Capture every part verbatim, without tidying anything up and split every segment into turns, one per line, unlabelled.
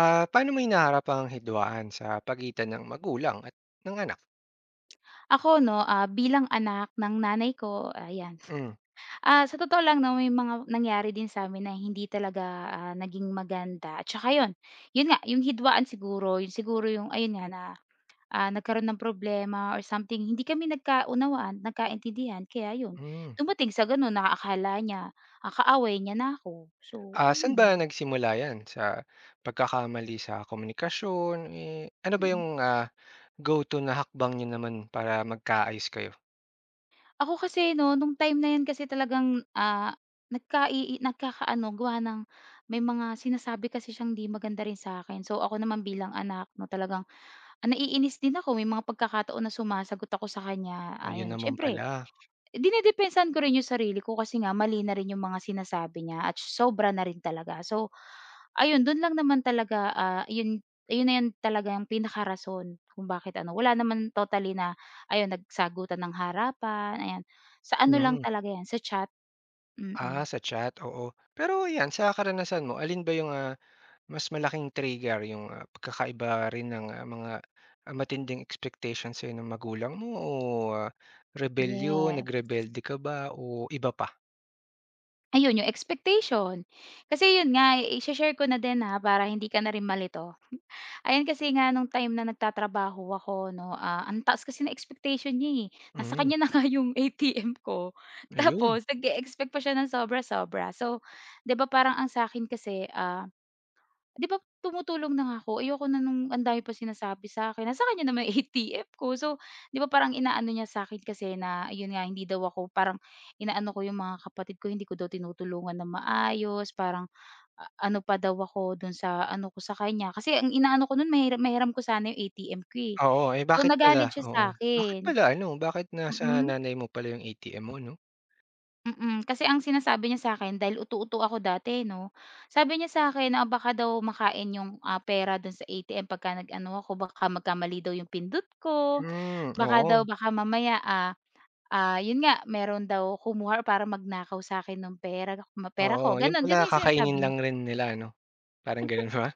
Ah, paano mo hinaharap ang hidwaan sa pagitan ng magulang at ng anak?
Ako 'no, ah, bilang anak ng nanay ko, ayan.
Hmm,
Ah, sa totoo lang 'no, may mga nangyari din sa'min na hindi talaga, ah, naging maganda at saka yun, yun nga, yung hidwaan siguro, yun siguro yung ayun nga na, ah, nagkaroon ng problema or something. Hindi kami nagkaunawaan, nagkaintindihan kaya yun,
hmm.
dumating sa gano'n na akala niya, ah, kaaway niya na ako. So
Ah, saan ba
ayun,
nagsimula 'yan, sa pagkakamali sa komunikasyon, eh, ano ba yung,
mm.
ah, go to na hakbang niyo naman para magkaayos kayo?
Ako kasi 'no, nung time na 'yan kasi talagang, ah, nagkai nagkakaano gawa ng may mga sinasabi kasi siyang 'di maganda rin sa akin. So, ako naman bilang anak 'no, talagang, ah, naiinis din ako. May mga pagkakataon na sumasagot ako sa kanya,
Ayun
ayun.
naman
Siyempre
pala.
dinedepensahan ko rin yung sarili ko kasi nga mali na rin yung mga sinasabi niya at sobra na rin talaga. So, Ayun, dun lang naman talaga, ah, yun ayun na yun talaga ang pinakarason kung bakit ano, wala naman totally na ayun nagsagutan ng harapan, ayan. Sa ano lang
Mm.
talaga yan, sa chat,
Ah,
mm.
sa chat, oo. Pero 'yan, sa karanasan mo, alin ba yung, ah, mas malaking trigger yung, ah, pagkakaiba rin ng, ah, mga, ah, matinding expectations sa'yo ng magulang mo o, ah, rebelyon,
Yes.
nagrebelde ka ba o iba pa?
Ayun yung expectation. Kasi yun nga, i-she-share ko na din, ha, para hindi ka na rin malito. Ayan kasi nga nung time na nagtatrabaho ako 'no, ah, ang taas kasi ng expectation niya, eh. Nasa
Hmm,
kanya na nga yung A T M ko,
ayun.
tapos nag expect pa siya ng sobra-sobra. So, 'di ba parang ang sa akin kasi, ah, 'di ba tumutulong na nga ako, ayoko na nung ang dami pang sinasabi sa akin, nasa kanya naman yung A T M ko. So, 'di ba parang inaano niya sa akin kasi na yun nga, hindi daw ako parang inaano ko yung mga kapatid ko, hindi ko daw tinutulungan na maayos, parang a ano pa daw ako dun sa ano ko sa kanya, kasi ang inaano ko nun mahiram mahiram ko sana yung A T M ko, eh.
Oo, eh,
So
bakit pala?
nagalit siya sa
Oo. Bakit
akin,
pala ano, bakit
mm,
nasa
mm.
nanay mo pala yung A T M mo 'no?
mm, Kasi ang sinasabi niya sa akin, dahil utu utu ako dati 'no, sabi niya sa akin na "Ah, baka daw makain yung, ah, pera dun sa A T M pagka nag-ano ako, baka magkamali daw yung pindot ko,
Hmm,
baka
oo,
daw baka mamaya, ah, ah, yun nga meron daw kumuha para parang sa akin nung pera ma pera ko,
oo. Yung
ganon ganon
pala
yung sinasabi
kakainin
niya.
lang rin nila ano, parang ganun ba?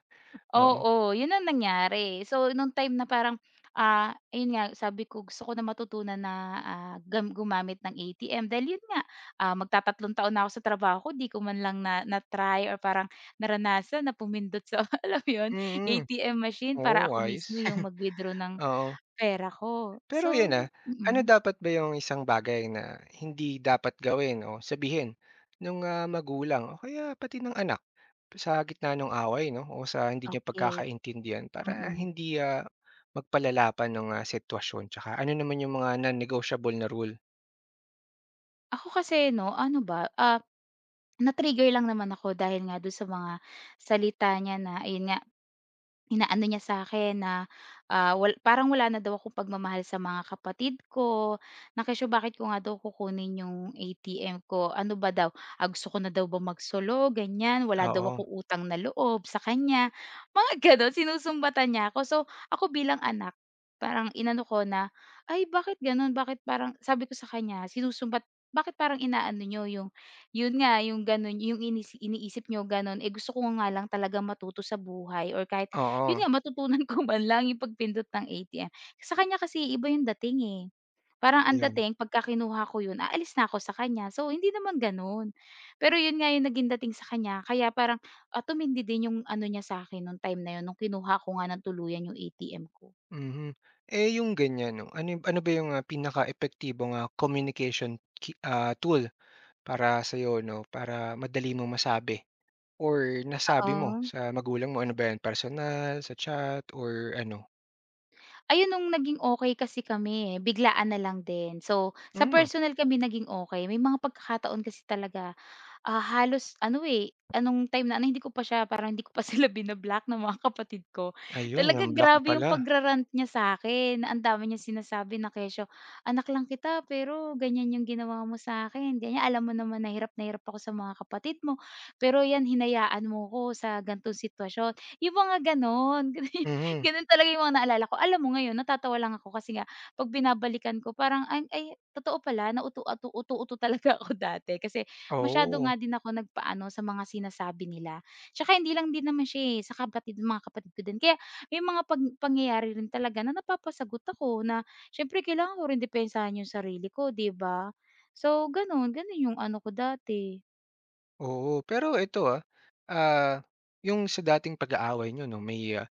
Oo.
Oo, yun ang nangyari. So, nung time na parang, ah, ayun nga sabi ko gusto ko na matutunan na, ah, gam gumamit ng A T M dahil yun nga, ah, magtatatlong taon na ako sa trabaho ko di ko man lang na na-try or parang naranasan na pumindot sa alam mo yun,
Mm, mm.
A T M machine para
Oo,
ako
ayos.
mismo yung mag-withdraw ng
Oo.
pera ko.
Pero
So,
'yun, ah, ano
mm,
dapat ba yung isang bagay na hindi dapat gawin o sabihin nung, ah, magulang o kaya pati ng anak sa gitna nung away 'no o sa hindi niyo
okey,
pagkakaintindihan para
mm.
hindi, ah, magpalala pa nung, ah, sitwasyon? Tsaka ano naman yung mga non-negotiable na rule?
Ako kasi 'no, ano ba, ah, na-trigger lang naman ako dahil nga do'n sa mga salita niya na ayun nga, inaano niya sa'kin na, ah, wal parang wala na daw akong pagmamahal sa mga kapatid ko, na bakit ko nga daw kukunin yung A T M ko, ano ba daw, ah, gusto ko na daw ba magsolo, ganyan, wala daw
Oo,
akong utang na loob sa kanya, mga gano'n, sinusumbatan niya ako. So, ako bilang anak, parang inano ko na, "Ay bakit gano'n, bakit parang" sabi ko sa kanya, sinusumbat bakit parang inaano nyo yung yun nga, yung gano'n, yung inis iniisip niyo gano'n, eh, gusto ko nga lang talaga matuto sa buhay or kahit
oo,
yun nga, matutunan ko man lang yung pagpindot ng A T M. Sa kanya kasi iba yung dating, eh. Parang ang
ayun,
dating pagka kinuha ko yun, aalis na ako sa kanya. So, hindi naman gano'n. Pero yun nga yung naging dating sa kanya kaya parang, ah, tumindi din yung ano niya sa akin nung time na yun, nung kinuha ko nga ng tuluyan yung A T M ko.
mhm. Eh, yung ganyan 'no, ano yung- ano ba yung, ah, pinakaepektibong, ah, communication ki ah, tool para sa'yo 'no, para madali mong masabi? Or nasabi mo
Oo.
sa magulang mo, ano ba 'yan, personal, sa chat or ano?
Ayun nung naging okey kasi kami, eh, biglaan na lang din. So, sa
Hmm,
personal kami naging okey. May mga pagkakataon kasi talaga, ah, halos ano, eh, ah, nung time na ano hindi ko pa siya parang hindi ko pa sila bina-block ng mga kapatid ko.
ayun,
Talaga
nang-block
grabe yung
pala,
pagra-rant niya sa'kin na ang dami niyang sinasabi na kesyo, "Anak lang kita pero ganyan yung ginawa mo sa'kin, ganyan. Alam mo naman na hirap na hirap ako sa mga kapatid mo, pero 'yan hinayaan mo ko sa ganitong sitwasyon." Yung mga gano'n.
mhm,
Gano'n talaga yung mga naalala ko. Alam mo ngayon natatawa lang ako kasi nga 'pag binabalikan ko parang ay ay totoo pala na utu atu utu-utu talaga ako dati kasi masyado
oo,
nga din ako nagpaano sa mga sinasabi nila. Tsaka hindi lang din naman siya, eh, sa kapatid mga kapatid ko din. Kaya may mga pag pangyayari rin talaga na napapasagot ako na siyempre kailangan ko rin depensahan yung sarili ko, 'di ba? So gano'n, gano'n yung ano ko dati.
oo. Pero ito, ah, ah, yung sa dating pag-aaway niyo 'no, may, ah,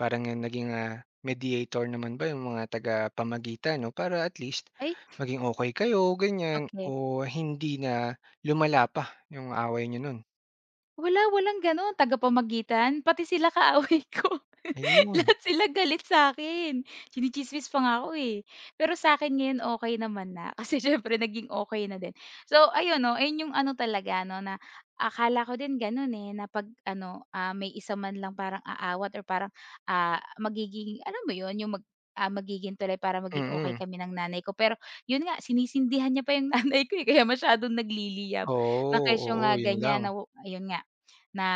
parang naging, ah, mediator naman ba yung mga tagapamagitan 'no, para at least
Ay,
maging okey kayo ganyan
okay.
o hindi na lumala pa yung away niyo nun?
Wala, walang gano'n, tagapamagitan, pati sila kaaway ko.
Ayun,
Lahat sila galit sa akin, tsismis pa nga ako, eh. Pero sa'kin ngayon okey naman na, kasi siyempre naging okay na din. So ayun 'no, ayun yung ano talaga 'no, na akala ko din gano'n, eh, na 'pag ano, ah, may isa man lang parang aawat or parang, ah, magiging ano mo yun, yung mag ah, magiging tuloy para maging okay
mm.
kami ng nanay ko. Pero yun nga, sinisindihan niya pa yung nanay ko, eh, kaya masyadong nagliliyab na
Oo,
kesyo
oo,
nga
yun lang,
ganyan na wu ayun nga na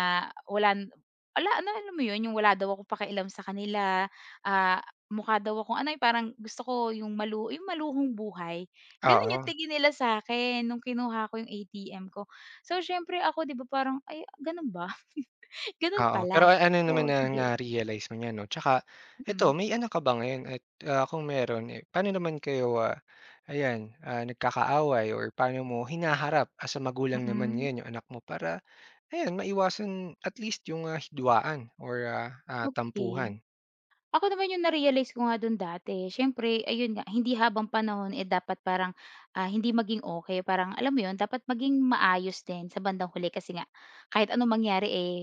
wala n- wala na alam mo 'yun, yung wala daw akong pakialam sa kanila, ah, mukha daw akong ano, eh, parang gusto ko yung malu yung maluhong buhay, gano'n
oo.
yung tingin nila sa akin nung kinuha ko yung A T M ko. So, siyempre ako 'di ba parang, "Ay gano'n ba?" Gano'n
Oo, pero
pala.
a ano naman
So,
ang
sige,
na-realize mo niyan 'no? Tsaka eto,
mm,
may anak ka ba ngayon at, ah, kung meron, eh, paano naman kayo, ah, ayan, ah, nagkakaaway or paano mo hinaharap as a magulang naman
mm,
ngayon yung anak mo para ayan, maiwasan at least yung, ah, hidwaan or, ah, ah,
okey.
tampuhan?
Ako naman yung na-realize ko nga dun dati, siyempre ayun nga, hindi habang panahon, eh, dapat parang, ah, hindi maging okay parang alam mo yun, dapat maging maayos din sa bandang huli kasi nga kahit ano mangyari, eh,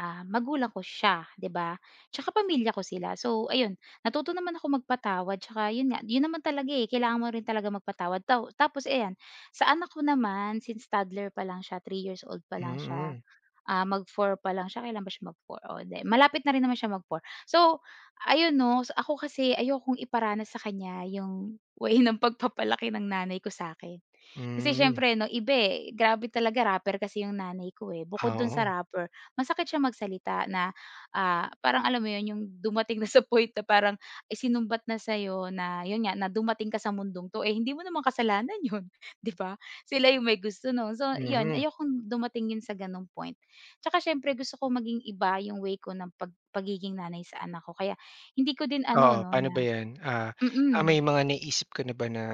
ah, magulang ko siya, 'di ba? Tsaka pamilya ko sila. So ayun, natuto naman ako magpatawad tsaka yun nga, yun naman talaga, eh, kailangan mo rin talaga magpatawad. Taw tapos ayan, sa anak ko naman, since toddler pa lang siya, three years old pa lang siya.
Mm-mm.
Ah, mag-four pa lang siya, kailan ba siya mag-four? Oh, 'di malapit na rin naman siya mag-four. So, ayun 'no, s- ako kasi ayokong iparanas sa kanya yung way ng pagpapalaki ng nanay ko sa akin
Mm,
kasi
hmm,
siyempre 'no, iba, eh, grabe talaga rapper kasi yung nanay ko, eh. Bukod
ah,
dun
oo,
sa rapper, masakit siya magsalita na, ah, parang alam mo yun, yung dumating na sa point na parang isinumbat na sa'yo na yun nga, na dumating ka sa mundong 'to, eh, hindi mo naman kasalanan yun, 'di ba? Sila yung may gusto nun. So yun,
mhm.
ayokong dumating yun sa ganong point. Tsaka siyempre gusto ko maging iba yung way ko ng pag pagiging nanay sa anak ko kaya hindi ko din ano
Oo,
'no
paano
na
ba 'yan? Ah,
mm
ah,
mm.
may mga naisip ka na ba na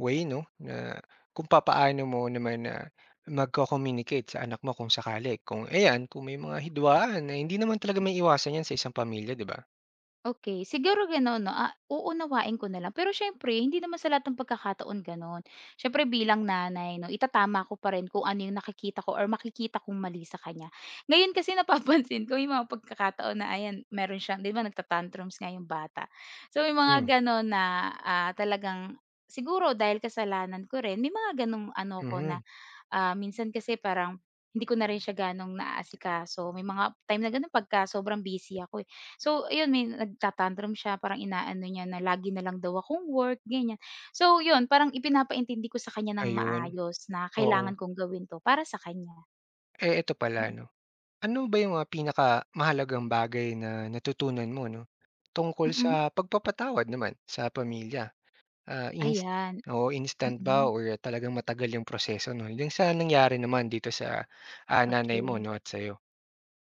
way 'no, na kung papaano mo naman na magko-communicate sa anak mo kung sakali, kung ayan, kung may mga hidwaan na hindi naman talaga may iwasan 'yan sa isang pamilya, 'di ba?
okay siguro gano'n 'no, ah, uunawain ko na lang. Pero syempre hindi naman sa lahat ng pagkakataon gano'n. syempre bilang nanay 'no, itatama ko pa rin kung ano yung nakikita ko or makikita kong mali sa kanya. Ngayon kasi napapansin ko yung mga pagkakataon na ayan, meron siyang 'di ba nagta-tantrums nga yung bata. So may mga
Hmm,
gano'n na, ah, talagang siguro dahil kasalanan ko rin, may mga gano'ng ano ko na
mhm,
ah, minsan kasi parang hindi ko na rin siya gano'ng naaasikaso. May mga time na gano'n pagka sobrang busy ako, eh. So ayun, may nagta siya, parang inaano niya na lagi na lang daw akong work, ganyan. So yun, parang ipinapaintindi ko sa kanya ng
ayun,
maayos na
oo.
kailangan kong gawin 'to para sa kanya.
Eh, eto pala
Mm,
'no, ano ba yung mga pinakamahalagang bagay na natutunan mo 'no, tungkol sa
Mm-mm.
pagpapatawad naman sa pamilya? Ah, inst
ayan.
oo, instant ba
Mm,
or talagang matagal yung proseso 'no, yung sa nangyari naman dito sa, ah, nanay mo
okey.
'no at sa'yo?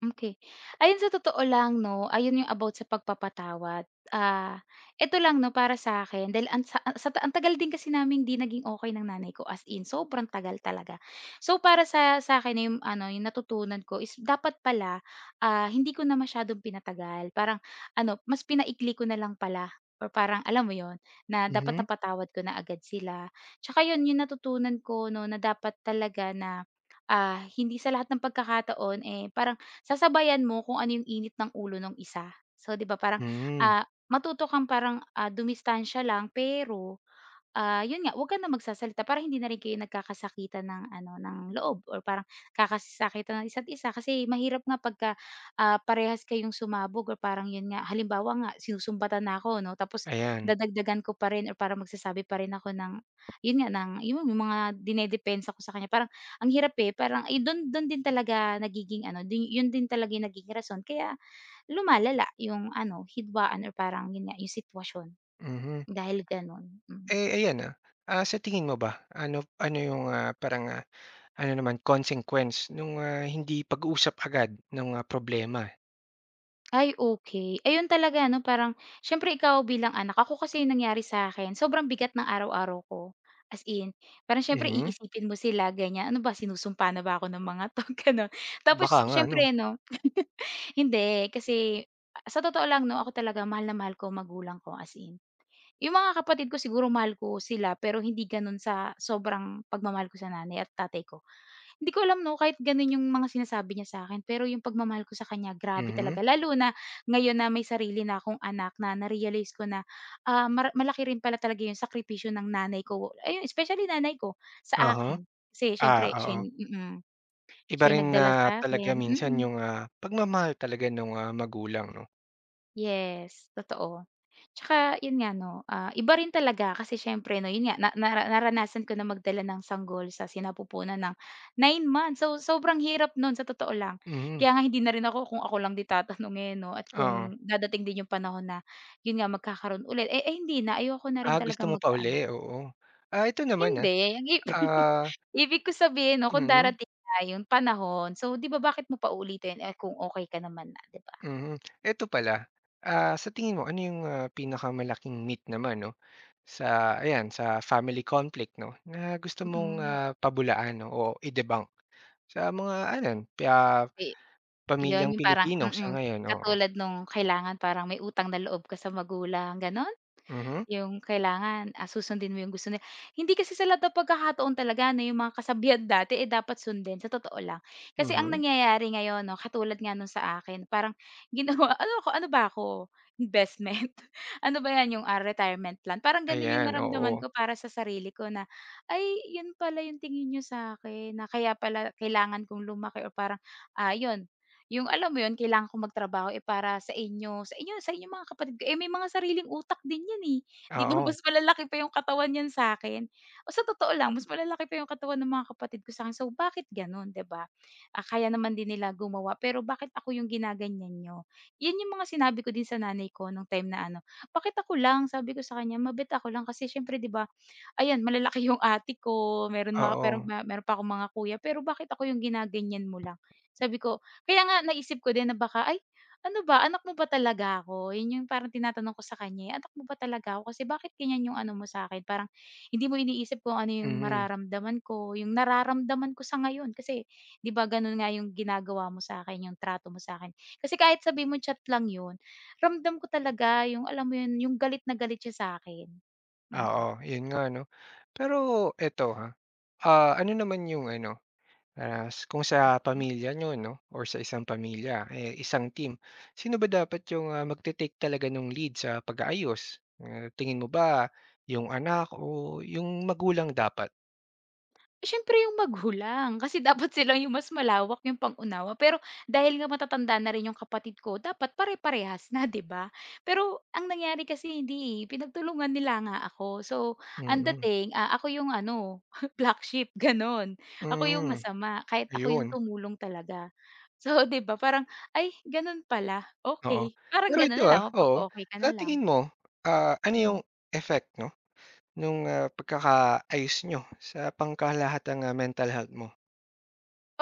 okay Ayun sa totoo lang 'no, ayun yung about sa pagpapatawad. Ah, eto lang 'no para sa akin dahil ang sa sa ang tagal din kasi namin 'di naging okay ng nanay ko, as in sobrang tagal talaga. So, para sa sa akin yung ano, yung natutunan ko is dapat pala, ah, hindi ko na masyadong pinatagal. Parang ano, mas pinaikli ko na lang pala or parang alam mo yon na dapat
Mhm,
napatawad ko na agad sila. Tsaka yun, yung natutunan ko 'no na dapat talaga na, ah, hindi sa lahat ng pagkakataon, eh, parang sasabayan mo kung ano yung init ng ulo ng isa. So, 'di ba parang,
hmm,
ah, matuto kang parang, ah, dumistansya lang pero Ah, yun nga, wag ka na magsasalita para hindi na rin kayo nagkakasakitan ng ano, ng loob or parang nagkakasakitan ng isa't isa kasi mahirap nga pagka, ah, parehas kayong sumabog or parang yun nga, halimbawa nga sinusumbatan na ako 'no, tapos
ayan,
dadagdagan ko pa rin or parang magsasabi pa rin ako ng yun nga, ng yung yung mga dinedepensa ko sa kanya parang ang hirap, eh, parang, eh, dun dun din talaga nagiging ano, dun yun din talaga yung nagiging rason kaya lumalala yung ano, hidwaan or parang yun nga, yung sitwasyon
mhm.
dahil ganun, mm.
Eh, ayan, ah, ah, sa tingin mo ba ano ano yung, ah, parang, ah, ano naman consequence nung, ah, hindi pag-uusap agad nung, ah, problema?
Ay, okay. Ayun talaga ano parang siyempre ikaw bilang anak ako kasi yung nangyari sa akin. Sobrang bigat ng araw-araw ko. As in, parang siyempre
Mhm,
iisipin mo sila ganyan, "Ano ba sinusumpa na ba ako ng mga 'to?" Gano'n.
baka
Tapos
nga ano,
siyempre 'no. Hindi kasi sa totoo lang 'no ako talaga mahal na mahal ko ang magulang ko as in. Yung mga kapatid ko siguro mahal ko sila pero hindi gano'n sa sobrang pagmamahal ko sa nanay at tatay ko. Hindi ko alam 'no, kahit gano'n yung mga sinasabi niya sa'kin, pero yung pagmamahal ko sa kanya grabe
mhm,
talaga. Lalo na ngayon na may sarili na akong anak na na-realize ko na, ah, mara malaki rin pala talaga yung sakripisyo ng nanay ko. Ayun, especially nanay ko sa
aha
akin. Kasi
ah,
siyempre siya
oo.
yung mm, siya
Iba
yung
rin na
nagdala
talaga
sa'kin, mm.
minsan yung, ah, pagmamahal talaga nung, ah, magulang 'no,
Yes, totoo. Tsaka yun nga 'no, ah, iba rin talaga kasi siyempre 'no, yun nga na nara naranasan ko na magdala ng sanggol sa sinapupunan ng nine months. So, sobrang hirap nun sa totoo lang.
mhm,
Kaya nga hindi na rin ako kung ako lang din tatanungin 'no at
oo.
kung dadating din yung panahon na yun nga magkakaroon ulit, eh, eh, hindi na, ayoko na rin
Ah, gusto
talaga
mo pa
magkaano.
uli, oo. Ah, ito naman, ah,
Hindi, ang ibig
ah
ibig ko sabihin 'no kung
mm,
darating na yung panahon, so 'di ba bakit mo pa uulitin, eh, kung okay ka naman na, 'di ba?
mhm. Eto pala, ah, sa tingin mo ano yung, ah, pinakamalaking myth naman 'no, sa ayan sa family conflict 'no, na gusto
Mm.
mong,
Mm.
ah, pabulaan 'no o i-debunk sa mga ayan, pa
Eh,
pamilyang
'yun yung parang
Pilipino sa
mm,
ngayon, oo.
katulad nung kailangan parang may utang na loob ka sa magulang, gano'n?
Mhm,
Yung kailangan, ah, susundin mo yung gusto nila. Hindi kasi sa lahat ng pagkakataon talaga na yung mga kasabihan dati, eh, dapat sundin sa totoo lang. Kasi ang
mhm.
nangyayari ngayon 'no, katulad nga nung sa akin parang ginawa ano ako, ano ba ako, investment? Ano ba 'yan yung, ah, retirement plan? Parang gano'n yung
Ayan,
naramdaman
oo.
ko para sa sarili ko na, "Ay, yun pala yung tingin nyo sa akin, na kaya pala kailangan kong lumaki," o parang, ah, yun, yung alam mo yun kailangan kong magtrabaho, eh, para sa inyo, sa inyo sa inyong mga kapatid ko. Eh, may mga sariling utak din 'yan, eh. 'Di ba
Oo,
mas malalaki pa yung katawan niyan sa'kin. O sa totoo lang, mas malalaki pa yung katawan ng mga kapatid ko sa'kin. So, bakit gano'n, 'di ba? Ah, kaya naman din nila gumawa, pero bakit ako yung ginaganyan niyo? 'Yun yung mga sinabi ko din sa nanay ko nung time na ano, "Bakit ako lang?" Sabi ko sa kanya, "Mabait ako lang." Kasi siyempre, 'di ba ayan malalaki yung ate ko, meron mga pero
oo.
ma meron pa akong mga kuya, pero bakit ako yung ginaganyan mo lang? Sabi ko kaya nga naisip ko din na baka, "Ay, ano ba, anak mo ba talaga ako?" Yun yung parang tinatanong ko sa kanya, eh, "Anak mo ba talaga ako? Kasi bakit ganyan yung ano mo sa akin? Parang hindi mo iniisip kung ano yung
Mhm,
mararamdaman ko, yung nararamdaman ko sa ngayon kasi 'di ba ganun nga yung ginagawa mo sa akin, yung trato mo sa akin? Kasi kahit sabi mo chat lang yun, ramdam ko talaga yung alam mo yun, yung galit na galit siya sa akin. Mm.
oo,
Mm.
yun nga 'no. Pero eto, ha, ah, ano naman yung ano. Ah, kung sa
Okay.
pamilya niyo 'no or sa isang pamilya, eh, isang team, sino ba dapat yung, ah, magte-take talaga ng lead sa pag-aayos? Ah, tingin mo ba yung anak o yung magulang dapat?
Siyempre yung magulang, kasi dapat sila yung mas malawak yung pang-unawa, pero dahil nga matatanda na rin yung kapatid ko dapat pare-parehas na, 'di ba? Pero ang nangyari kasi hindi, eh, pinagtulungan nila nga ako. So, ang
Mm-mm.
dating, ah, ako yung ano, black sheep, gano'n.
Mm,
Ako yung
hmm,
masama, kahit ako yung
ayun,
tumulong talaga. So, 'di ba, parang, "Ay, gano'n pala,
oo.
okay. Parang
Pero
gano'n
ito,
na lang,
ah, oo,
mapapa-okey ka na
sa
lang."
tingin mo, ah, ano yung
Mm.
effect 'no nung, ah, pagkakaayos niyo sa pangkalahatang, ah, mental health mo?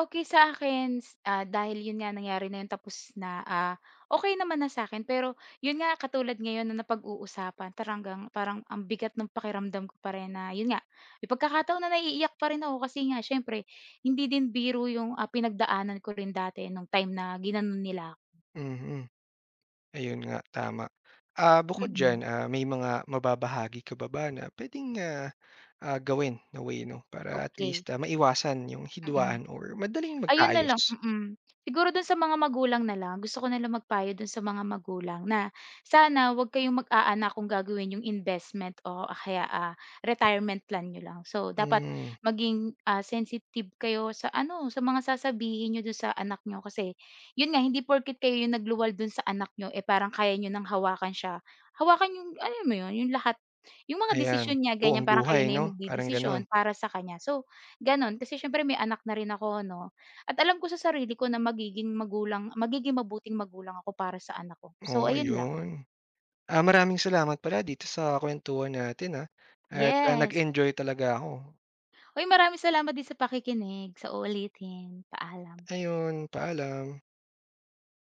Okey sa'kin, ah, dahil yun nga nangyari na yun tapos na, ah, okey naman na sa'kin pero yun nga katulad ngayon na napag-uusapan taranggang parang ang bigat ng pakiramdam ko pa rin na yun nga, may pagkakataon na naiiyak pa rin ako kasi nga siyempre hindi din biro yung, ah, pinagdaanan ko rin dati nung time na ginanon nila ako.
Mhm. Ayun nga, tama. Ah, bukod
Mm,
dyan, ah, may mga mababahagi ka ba ba na puwedeng, ah, ah, gawin na way 'no, para at
okey,
least, ah, maiwasan yung
mm.
hidwaan or madaling
Ayun na lang
magkaayos?
mm. Siguro dun sa mga magulang na lang, gusto ko na lang magpayo dun sa mga magulang na sana huwag kayong mag-aanak kung gagawin yung investment o kaya, ah, retirement plan niyo lang. So, dapat
Hmm,
maging, ah, sensitive kayo sa ano, sa mga sasabihin niyo dun sa anak niyo kasi yun nga, hindi porket kayo yung nagluwal dun sa anak niyo, eh, parang kaya niyo nang hawakan siya. Hawakan yung alam mo yun, yung lahat, yung mga
ayan,
desisyon niya
buong
ganyan, parang kayo
buhay
na
'no,
yung
parang
magdedesisyon
gano'n.
para sa kanya. So, ganon kasi siyempre may anak na rin ako 'no. At alam ko sa sarili ko na magiging magulang magiging mabuting magulang ako para sa anak ko.
Oo,
So ayun lang.
ayun. Ah, maraming salamat pala dito sa kuwentuhan natin, ah, at, ah,
Yes.
nag-enjoy talaga ako.
Uy, maraming salamat din sa pakikinig. Sa uulitin. Paalam.
Ayun, paalam.